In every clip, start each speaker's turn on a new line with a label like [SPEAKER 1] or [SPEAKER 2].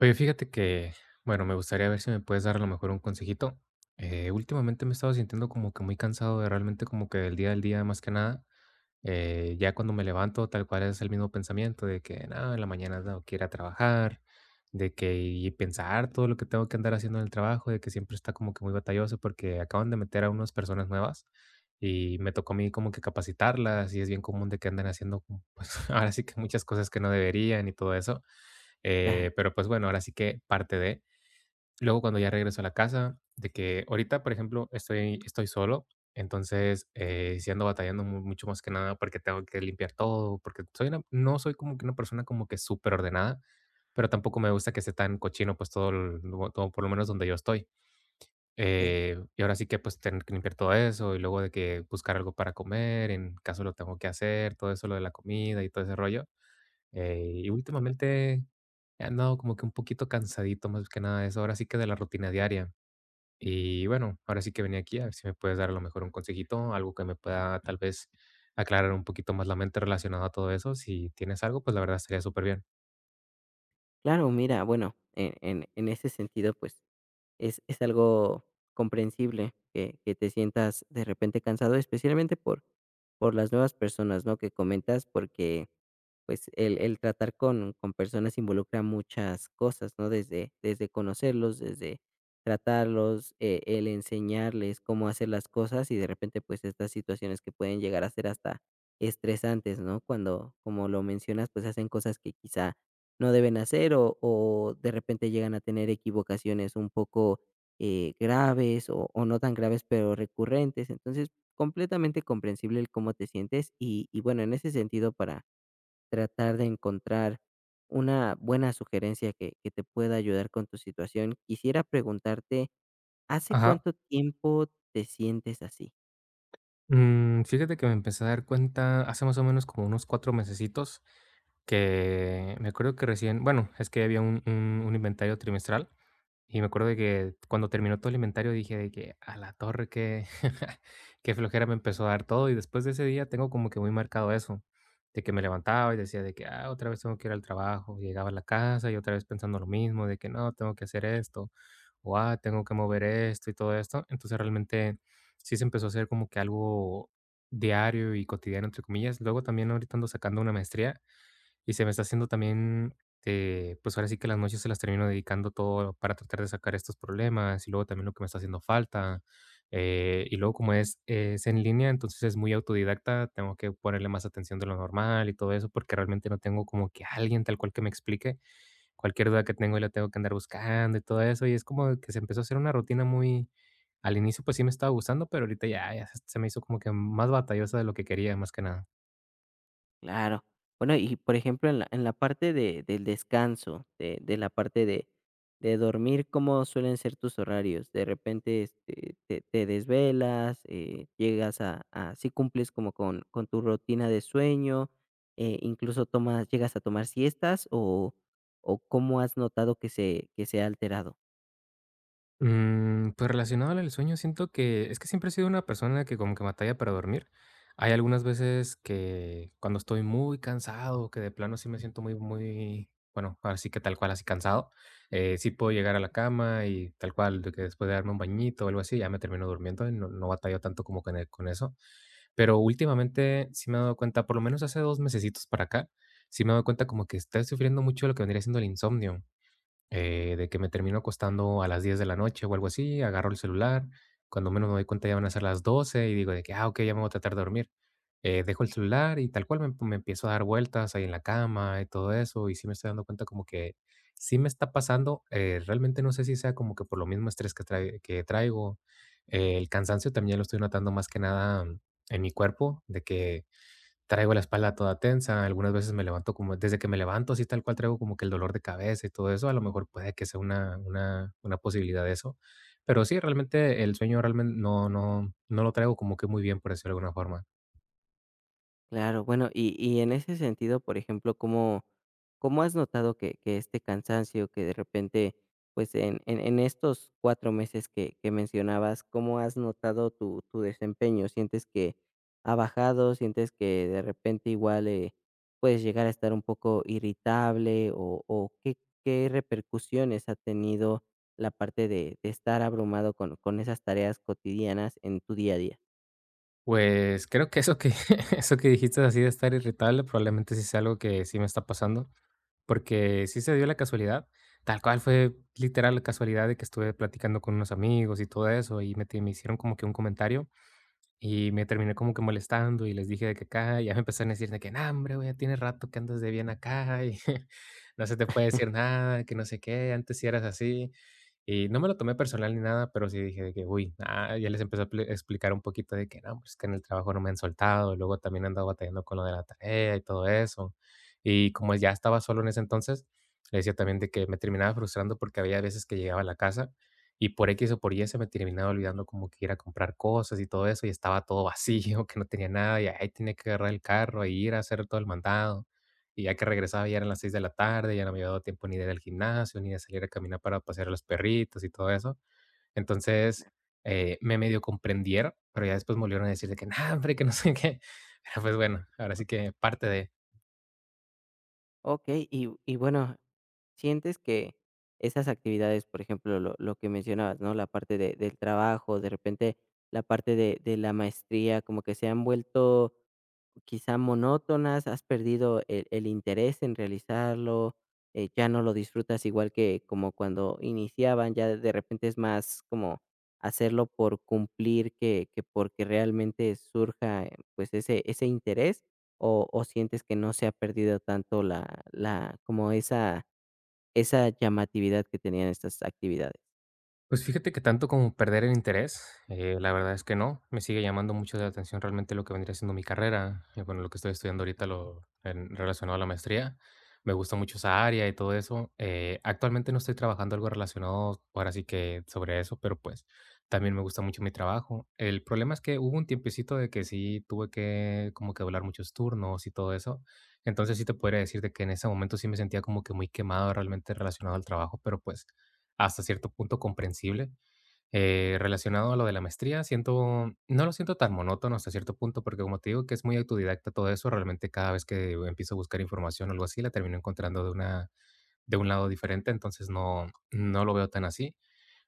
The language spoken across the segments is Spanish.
[SPEAKER 1] Oye, fíjate que, bueno, me gustaría ver si me puedes dar a lo mejor un consejito. Últimamente me he estado sintiendo como que muy cansado de realmente como que del día al día más que nada. Ya cuando me levanto, tal cual es el mismo pensamiento de que nada, en la mañana tengo que ir a trabajar, de que y pensar todo lo que tengo que andar haciendo en el trabajo, de que siempre está como que muy batalloso porque acaban de meter a unas personas nuevas y me tocó a mí como que capacitarlas y es bien común de que anden haciendo, pues ahora sí que muchas cosas que no deberían y todo eso.
[SPEAKER 2] Claro,
[SPEAKER 1] Pero pues bueno, ahora sí que parte de. Luego cuando ya regreso a la casa, de que ahorita, por ejemplo, estoy solo, entonces sí ando batallando mucho más que nada porque tengo que limpiar todo, porque no soy como que una persona como que súper ordenada, pero tampoco me gusta que esté tan cochino pues todo, todo por lo menos donde yo estoy.
[SPEAKER 2] eh,
[SPEAKER 1] Y ahora sí que pues tener que limpiar todo eso y luego de que buscar algo para comer, en caso lo tengo que hacer, todo eso, lo de la comida y todo ese rollo. Y últimamente he andado como que un poquito cansadito, más que nada eso, ahora sí que de la rutina diaria. Y bueno, ahora sí que venía aquí a ver si me puedes dar a lo mejor un consejito, algo que me pueda tal vez aclarar un poquito más la mente relacionado a todo eso. Si tienes algo, pues la verdad estaría súper bien.
[SPEAKER 2] claro, mira, bueno, en ese sentido, pues es algo comprensible que te sientas de repente cansado, especialmente por las nuevas personas, ¿no? Que comentas, porque pues el tratar con personas involucra muchas cosas, ¿no? Desde conocerlos, desde tratarlos, el enseñarles cómo hacer las cosas y de repente pues estas situaciones que pueden llegar a ser hasta estresantes, ¿no? Cuando, como lo mencionas, pues hacen cosas que quizá no deben hacer o de repente llegan a tener equivocaciones un poco, graves o no tan graves, pero recurrentes. Entonces, completamente comprensible el cómo te sientes y bueno, en ese sentido, para tratar de encontrar una buena sugerencia que te pueda ayudar con tu situación, quisiera preguntarte, ¿hace
[SPEAKER 1] Ajá.
[SPEAKER 2] cuánto tiempo te sientes así?
[SPEAKER 1] Fíjate que me empecé a dar cuenta hace más o menos como unos 4 mesecitos, que me acuerdo que recién bueno, es que había un inventario trimestral, y me acuerdo de que cuando terminó todo el inventario dije de que: "A la torre, que qué flojera me empezó a dar todo", y después de ese día tengo como que muy marcado eso, de que me levantaba y decía de que: "Ah, otra vez tengo que ir al trabajo", llegaba a la casa y otra vez pensando lo mismo, de que: "No, tengo que hacer esto", o: "Ah, tengo que mover esto y todo esto", entonces realmente sí se empezó a hacer como que algo diario y cotidiano, entre comillas. Luego también ahorita ando sacando una maestría y se me está haciendo también, pues ahora sí que las noches se las termino dedicando todo para tratar de sacar estos problemas y luego también lo que me está haciendo falta. Y luego como es en línea, entonces es muy autodidacta, tengo que ponerle más atención de lo normal y todo eso porque realmente no tengo como que alguien tal cual que me explique cualquier duda que tengo, la tengo que andar buscando y todo eso, y es como que se empezó a hacer una rutina muy al inicio, pues sí me estaba gustando, pero ahorita ya ya se me hizo como que más batallosa de lo que quería, más que nada.
[SPEAKER 2] Claro. Bueno, y por ejemplo, en la parte de, del descanso, de la parte de dormir, ¿cómo suelen ser tus horarios? De repente este, te desvelas, llegas a, si cumples como con tu rutina de sueño, incluso tomas, llegas a tomar siestas o cómo has notado que se ha alterado.
[SPEAKER 1] Pues relacionado al sueño, siento que es que siempre he sido una persona que como que batalla para dormir. Hay algunas veces que cuando estoy muy cansado, que de plano sí me siento muy, muy, bueno, así que tal cual, así cansado, sí puedo llegar a la cama y tal cual, de que después de darme un bañito o algo así, ya me termino durmiendo y no, no batallo tanto como con, con eso. Pero últimamente sí me he dado cuenta, por lo menos hace 2 mesecitos para acá, sí me he dado cuenta como que estoy sufriendo mucho lo que vendría siendo el insomnio. De que me terminó acostando a las 10 de la noche o algo así, agarro el celular, cuando menos me doy cuenta ya van a ser las 12 y digo de que, ah, ok, ya me voy a tratar de dormir. Dejo el celular y tal cual me, me empiezo a dar vueltas ahí en la cama y todo eso y sí me estoy dando cuenta como que sí me está pasando. Realmente no sé si sea como que por lo mismo estrés que, que traigo. El cansancio también lo estoy notando más que nada en mi cuerpo, de que traigo la espalda toda tensa, algunas veces me levanto como desde que me levanto, así tal cual traigo como que el dolor de cabeza y todo eso, a lo mejor puede que sea una posibilidad de eso. Pero sí, realmente el sueño realmente no no no lo traigo como que muy bien, por decirlo de alguna forma.
[SPEAKER 2] Claro, bueno, y en ese sentido, por ejemplo, ¿cómo cómo has notado que este cansancio que de repente, pues, en estos 4 meses que mencionabas, cómo has notado tu desempeño? ¿Sientes que ha bajado? ¿Sientes que de repente igual, puedes llegar a estar un poco irritable? O qué qué repercusiones ha tenido la parte de estar abrumado con esas tareas cotidianas en tu día a día?
[SPEAKER 1] Pues, creo que eso que eso que dijiste así de estar irritable, probablemente sí sea algo que sí me está pasando, porque sí se dio la casualidad, tal cual fue literal la casualidad de que estuve platicando con unos amigos y todo eso, y me hicieron como que un comentario. Y me terminé como que molestando y les dije de que acá, y ya me empezaron a decir de que: "No, hombre, güey, ya tiene rato que andas de bien acá y no se te puede decir nada, que no sé qué, antes sí eras así". Y no me lo tomé personal ni nada, pero sí dije de que: "Uy", ah, ya les empecé a pli explicar un poquito de que: "No, pues que en el trabajo no me han soltado, luego también andaba andado batallando con lo de la tarea y todo eso". Y como ya estaba solo en ese entonces, le decía también de que me terminaba frustrando porque había veces que llegaba a la casa y por X o por Y se me terminaba olvidando como que ir a comprar cosas y todo eso, y estaba todo vacío, que no tenía nada, y ahí tenía que agarrar el carro e ir a hacer todo el mandado. Y ya que regresaba ya eran las 6 de la tarde, ya no me había dado tiempo ni de ir al gimnasio, ni de salir a caminar para pasear a los perritos y todo eso. Entonces, me medio comprendieron, pero ya después me volvieron a decir de que, no, hombre, que no sé qué. Pero pues bueno, ahora sí que parte de...
[SPEAKER 2] Okey, y bueno, ¿sientes que esas actividades, por ejemplo, lo que mencionabas, ¿no? La parte de del trabajo, de repente la parte de la maestría, como que se han vuelto quizá monótonas, has perdido el interés en realizarlo, ya no lo disfrutas igual que como cuando iniciaban, ya de repente es más como hacerlo por cumplir que porque realmente surja pues ese interés o sientes que no se ha perdido tanto la como esa llamatividad que tenían estas actividades.
[SPEAKER 1] Pues fíjate que tanto como perder el interés, la verdad es que no. Me sigue llamando mucho la atención realmente lo que vendría siendo mi carrera. Bueno, lo que estoy estudiando ahorita lo, relacionado a la maestría. Me gusta mucho esa área y todo eso. Actualmente no estoy trabajando algo relacionado ahora sí que sobre eso, pero pues también me gusta mucho mi trabajo. El problema es que hubo un tiempecito de que sí tuve que como que doblar muchos turnos y todo eso. Entonces sí te podría decir de que en ese momento sí me sentía como que muy quemado realmente relacionado al trabajo, pero pues hasta cierto punto comprensible. Relacionado a lo de la maestría, no lo siento tan monótono hasta cierto punto, porque como te digo que es muy autodidacta todo eso, realmente cada vez que empiezo a buscar información o algo así, la termino encontrando de un lado diferente, entonces no, no lo veo tan así.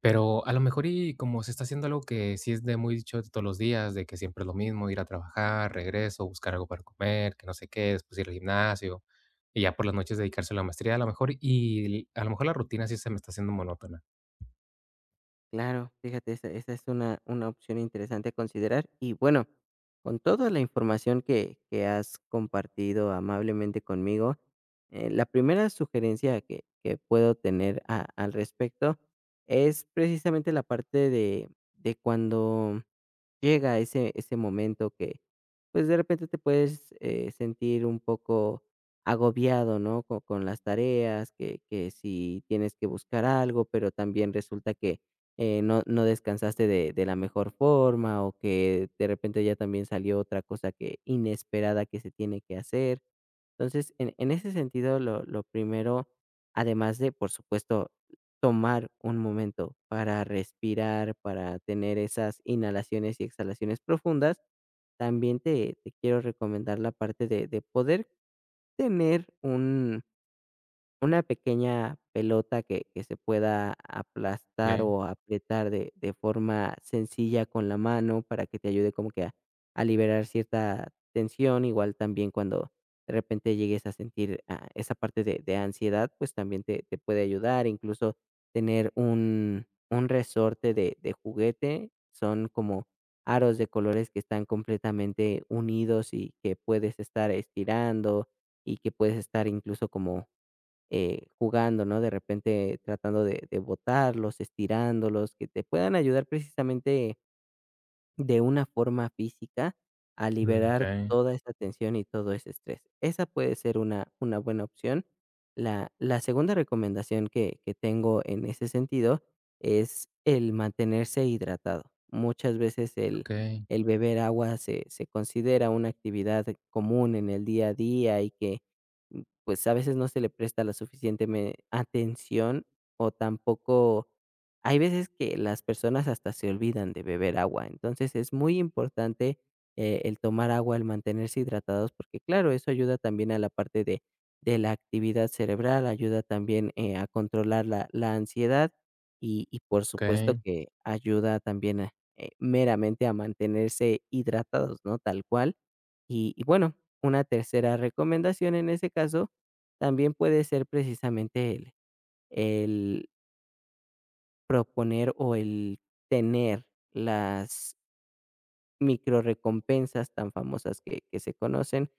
[SPEAKER 1] Pero a lo mejor y como se está haciendo algo que sí es de muy dicho de todos los días, de que siempre es lo mismo, ir a trabajar, regreso, buscar algo para comer, que no sé qué, después ir al gimnasio, y ya por las noches dedicarse a la maestría, a lo mejor, y a lo mejor la rutina sí se me está haciendo monótona.
[SPEAKER 2] Claro, fíjate, esa esa es una opción interesante a considerar. Y bueno, con toda la información que has compartido amablemente conmigo, la primera sugerencia que puedo tener a al respecto es precisamente la parte de cuando llega ese ese momento que, pues, de repente te puedes, sentir un poco agobiado, ¿no? Co con las tareas, que si tienes que buscar algo, pero también resulta que no no descansaste de la mejor forma, o que de repente ya también salió otra cosa que inesperada que se tiene que hacer. Entonces, en ese sentido, lo primero, además de, por supuesto, tomar un momento para respirar, para tener esas inhalaciones y exhalaciones profundas, también te quiero recomendar la parte de poder tener un una pequeña pelota que se pueda aplastar
[SPEAKER 1] ¿Ok?
[SPEAKER 2] o apretar de forma sencilla con la mano para que te ayude como que a liberar cierta tensión, igual también cuando de repente llegues a sentir, ah, esa parte de ansiedad, pues también te puede ayudar, incluso tener un resorte de juguete, son como aros de colores que están completamente unidos y que puedes estar estirando y que puedes estar incluso como jugando, ¿no? De repente tratando de botarlos, estirándolos, que te puedan ayudar precisamente de una forma física a
[SPEAKER 1] Mm,
[SPEAKER 2] liberar
[SPEAKER 1] okay,
[SPEAKER 2] toda esa tensión y todo ese estrés. Esa puede ser una buena opción. La segunda recomendación que tengo en ese sentido es el mantenerse hidratado. Muchas veces
[SPEAKER 1] okay,
[SPEAKER 2] el beber agua se, se considera una actividad común en el día a día y que pues a veces no se le presta la suficiente atención o tampoco hay veces que las personas hasta se olvidan de beber agua, entonces es muy importante, el tomar agua, el mantenerse hidratados, porque claro, eso ayuda también a la parte de la actividad cerebral, ayuda también, a controlar la ansiedad y por supuesto
[SPEAKER 1] okay.
[SPEAKER 2] que ayuda también a, meramente a mantenerse hidratados, ¿no? Tal cual. Y bueno, una tercera recomendación en ese caso también puede ser precisamente el proponer o el tener las micro recompensas tan famosas que se conocen,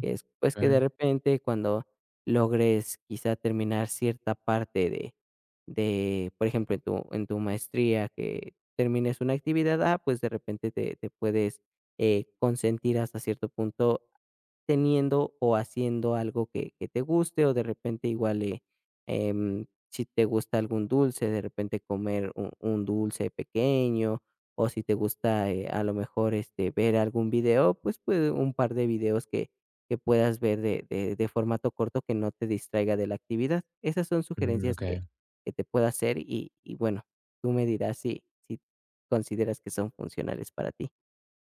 [SPEAKER 2] que es, pues, que de
[SPEAKER 1] Okey.
[SPEAKER 2] repente cuando logres quizá terminar cierta parte de, por ejemplo, en tu maestría que termines una actividad, ah, pues, de repente te te puedes, consentir hasta cierto punto teniendo o haciendo algo que te guste o de repente igual si te gusta algún dulce, de repente comer un dulce pequeño o si te gusta a lo mejor este, ver algún video, pues, pues un par de videos que puedas ver de formato corto que no te distraiga de la actividad. Esas son
[SPEAKER 1] Mm.
[SPEAKER 2] sugerencias
[SPEAKER 1] Okey.
[SPEAKER 2] que te pueda hacer y bueno, tú me dirás si consideras que son funcionales para ti.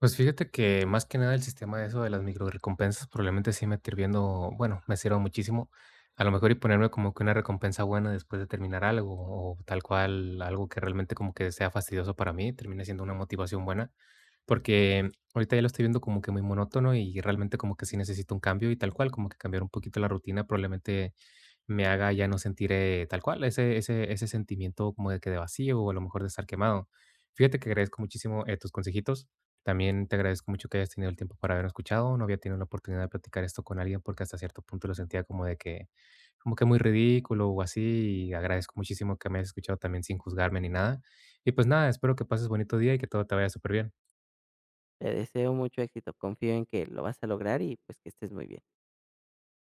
[SPEAKER 1] Pues, fíjate que más que nada el sistema de eso de las microrecompensas probablemente sí me esté viendo bueno, me sirva muchísimo. A lo mejor y ponerme como que una recompensa buena después de terminar algo, o tal cual algo que realmente como que sea fastidioso para mí, termine siendo una motivación buena, porque ahorita ya lo estoy viendo como que muy monótono y realmente como que sí necesito un cambio y tal cual, como que cambiar un poquito la rutina probablemente me haga ya no sentir, tal cual, ese ese sentimiento como de que de vacío, o a lo mejor de estar quemado. Fíjate que agradezco muchísimo, tus consejitos. También te agradezco mucho que hayas tenido el tiempo para haberme escuchado. No había tenido la oportunidad de platicar esto con alguien, porque hasta cierto punto lo sentía como de que como que muy ridículo o así, y agradezco muchísimo que me hayas escuchado también sin juzgarme ni nada. Y pues nada, espero que pases bonito día y que todo te vaya súper bien.
[SPEAKER 2] Te deseo mucho éxito, confío en que lo vas a lograr y pues que estés muy bien.